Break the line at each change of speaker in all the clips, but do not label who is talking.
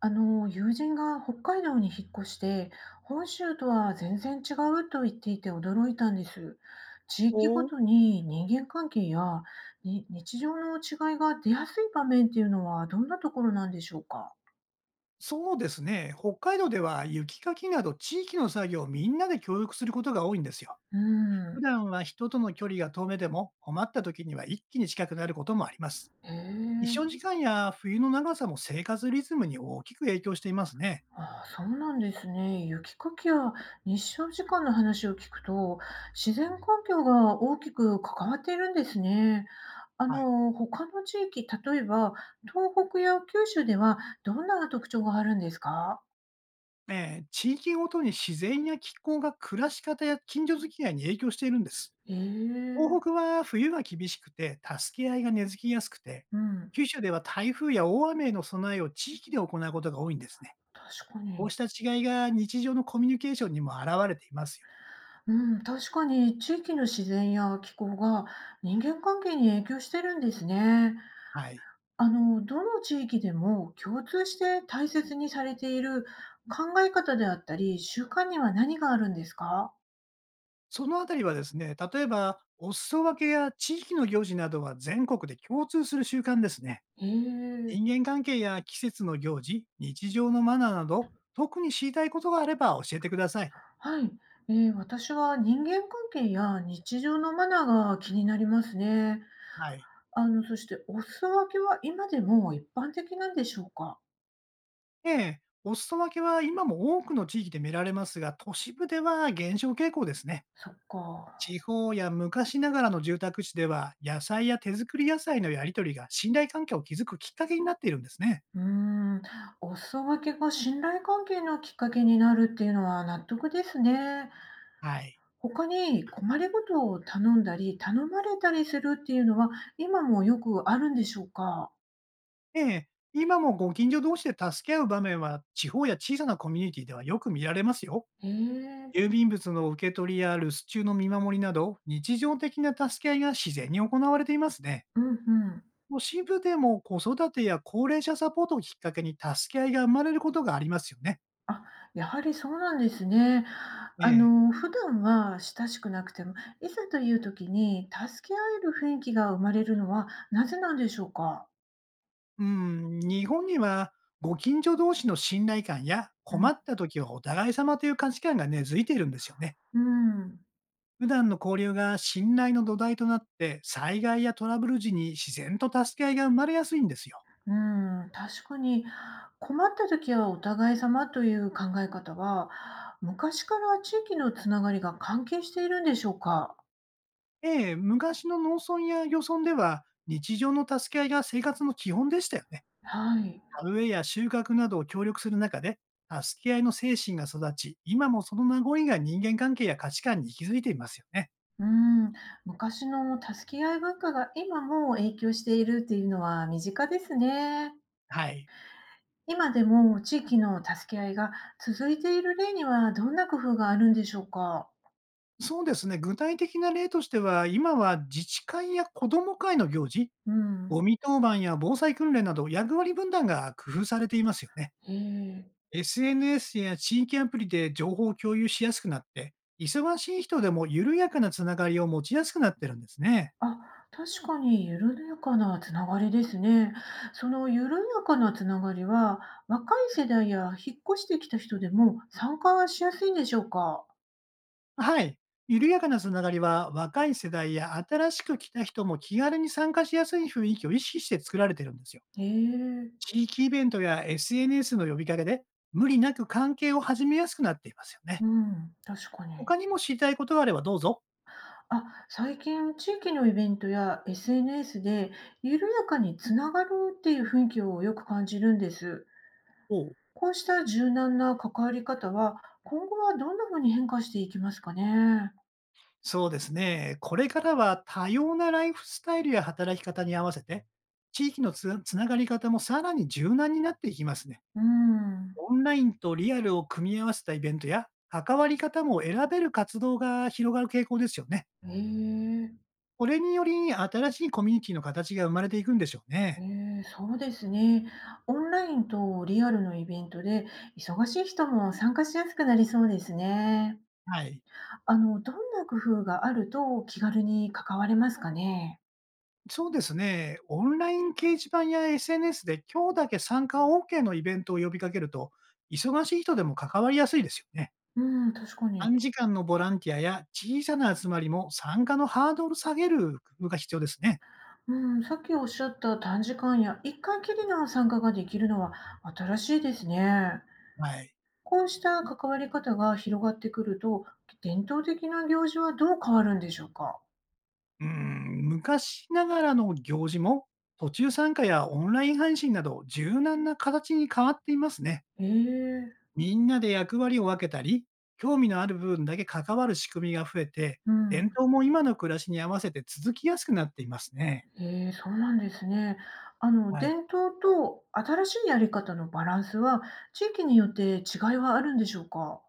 友人が北海道に引っ越して、本州とは全然違うと言っていて驚いたんです。地域ご
お
とに人間関係やに日常の違いが出やすい場面っていうのはどんなところなんでしょうか？
そうですね。北海道では雪かきなど地域の作業をみんなで協力することが多いんですよ。
うん。
普段は人との距離が遠めでも、困った時には一気に近くなることもあります。
へ
日照
え。
時間や冬の長さも生活リズムに大きく影響していますね。
ああ、そうなんですね。雪かきや日照時間の話を聞くと、自然環境が大きく関わっているんですね。
はい。
他の地域、例えば東北や九州ではどんな特徴があるんですか？
地域ごとに自然や気候が暮らし方や近所付き合いに影響しているんです。
え
東北
え、
は冬が厳しくて助け合いが根付きやすくて、
うん、
九州では台風や大雨への備えを地域で行うことが多いんですね。
確か
こう
に。
した違いが日常のコミュニケーションにも表れていますよ。
うん、確かに地域の自然や気候が人間関係に影響してるんですね。
はい。
どの地域でも共通して大切にされている考え方であったり、習慣には何があるんですか？
そのあたりはですね、例えば、お裾分けや地域の行事などは全国で共通する習慣ですね。
へえ、
人間関係や季節の行事、日常のマナーなど、特に知りたいことがあれば教えてください。
はい、私は人間関係や日常のマナーが気になりますね。
はい。
そして、お裾分けは今でも一般的なんでしょうか？
ええ、お裾分けは今も多くの地域で見られますが、都市部では減少傾向ですね。
そっか。
地方や昔ながらの住宅地では、野菜や手作り野菜のやり取りが信頼関係を築くきっかけになっているんですね。
うーん、お裾分けが信頼関係のきっかけになるっていうのは納得ですね。
はい。
他に困りごとを頼んだり、頼まれたりするっていうのは、今もよくあるんでしょうか？
ええ、今もご近所同士で助け合う場面は、地方や小さなコミュニティではよく見られますよ。
へえ。
郵便物の受け取りや留守中の見守りなど、日常的な助け合いが自然に行われていますね。
うんうん。
都市部でも子育てや高齢者サポートをきっかけに助け合いが生まれることがありますよね。
あ、やはりそうなんですね。
ええ。
普段は親しくなくても、いざという時に助け合える雰囲気が生まれるのはなぜなんでしょうか？
うん、日本にはご近所同士の信頼感や
う
困
ん。
った時はお互い様という価値観が根付いているんですよね。
うん。
普段の交流が信頼の土台となって、災害やトラブル時に自然と助け合いが生まれやすいんですよ。
うん、確かに困った時はお互い様という考え方は、昔から地域のつながりが関係しているんでしょうか？
ええ、昔の農村や漁村では、日常の助け合いが生活の基本でしたよね。
はい。
田植えや収穫などを協力する中で、助け合いの精神が育ち、今もその名残が人間関係や価値観に息づいていますよね。
うーん、昔の助け合い文化が今も影響しているっていうのは身近ですね。
はい。
今でも地域の助け合いが続いている例にはどんな工夫があるんでしょうか。
そうですね。具体的な例としては、今は自治会や子ども会の行事、
うん。
ゴミ当番や防災訓練など役割分担が工夫されていますよね。
へえ。
SNS や地域アプリで情報を共有しやすくなって、忙しい人でも緩やかなつながりを持ちやすくなってるんですね。
あ、確かに緩やかなつながりですね。その緩やかなつながりは若い世代や引っ越してきた人でも参加はしやすいんでしょうか。
はい。緩やかなつながりは若い世代や新しく来た人も気軽に参加しやすい雰囲気を意識して作られてるんですよ。
へえ。
地域イベントや SNS の呼びかけで無理なく関係を始めやすくなっていますよね。
うん、確かに。
他にも知りたいことがあればどうぞ。
あ、最近地域のイベントや SNS で緩やかにつながるっていう雰囲気をよく感じるんです。
おう
こうした柔軟な関わり方は今後はどんなふうに変化していきますかね。
そうですね。これからは多様なライフスタイルや働き方に合わせて、地域のつながり方もさらに柔軟になっていきますね。
うん。
オンラインとリアルを組み合わせたイベントや、関わり方も選べる活動が広がる傾向ですよね。
ええ、
これにより、新しいコミュニティの形が生まれていくんでしょうね。
ええ、そうですね。オンラインとリアルのイベントで忙しい人も参加しやすくなりそうですね。
はい。
どんな工夫があると気軽に関われますかね。
そうですね。オンライン掲示板や SNS で今日だけ参加 OK のイベントを呼びかけると、忙しい人でも関わりやすいですよね。
うん、確かに。
短時間のボランティアや小さな集まりも参加のハードル下げる工夫が必要ですね。
うん、さっきおっしゃった短時間や一回きりの参加ができるのは新しいですね。
はい。
こうした関わり方が広がってくると、伝統的な行事はどう変わるんでしょうか？
うん、昔ながらの行事も途中参加やオンライン配信など柔軟な形に変わっていますね。
ええ、
みんなで役割を分けたり、興味のある部分だけ関わる仕組みが増えて、
うん。
伝統も今の暮らしに合わせて続きやすくなっていますね。
ええ、そうなんですね。
はい。
伝統と新しいやり方のバランスは、地域によって違いはあるんでしょうか？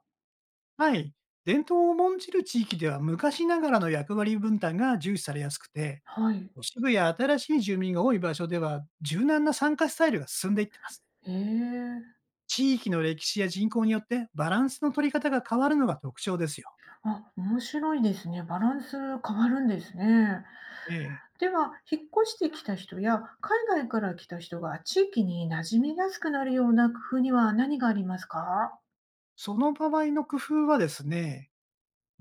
はい。伝統を重んじる地域では昔ながらの役割分担が重視されやすくて、
はい。
都市部や新しい住民が多い場所では、柔軟な参加スタイルが進んでいってますね。
ええ、
地域の歴史や人口によってバランスの取り方が変わるのが特徴ですよ。
あ、面白いですね。バランス変わるんですね。
ええ。
では、引っ越してきた人や海外から来た人が地域に馴染みやすくなるような工夫には何がありますか？
その場合の工夫はですね、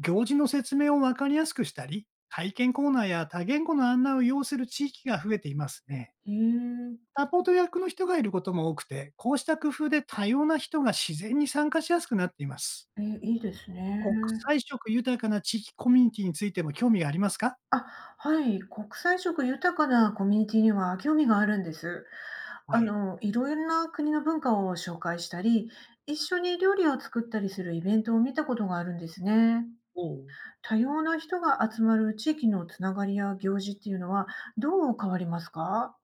行事の説明をわかりやすくしたり、体験コーナーや多言語の案内を要する地域が増えていますね。
へえ、
サポート役の人がいることも多くて、こうした工夫で多様な人が自然に参加しやすくなっています。
え、いいですね。
国際色豊かな地域コミュニティについても興味がありますか？
あ、はい、国際色豊かなコミュニティには興味があるんです。
はい。
いろいろな国の文化を紹介したり、一緒に料理を作ったりするイベントを見たことがあるんですね。
おう
多様な人が集まる地域のつながりや行事っていうのはどう変わりますか？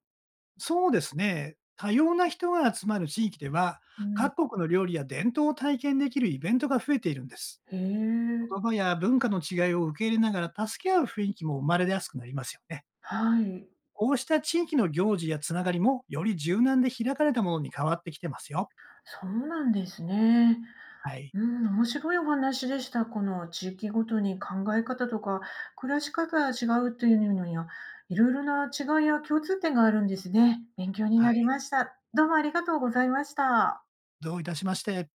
そうですね。多様な人が集まる地域では、
うん、
各国の料理や伝統を体験できるイベントが増えているんです。
へえ。
言葉や文化の違いを受け入れながら助け合う雰囲気も生まれやすくなりますよね。
はい、
こうした地域の行事やつながりも、より柔軟で開かれたものに変わってきてますよ。
そうなんですね。
はい。
うん、面白いお話でした。この地域ごとに考え方とか暮らし方が違うというのには、いろいろな違いや共通点があるんですね。勉強に
は
なり
い。
ました。どうもありがとうございました。
どういたしまして。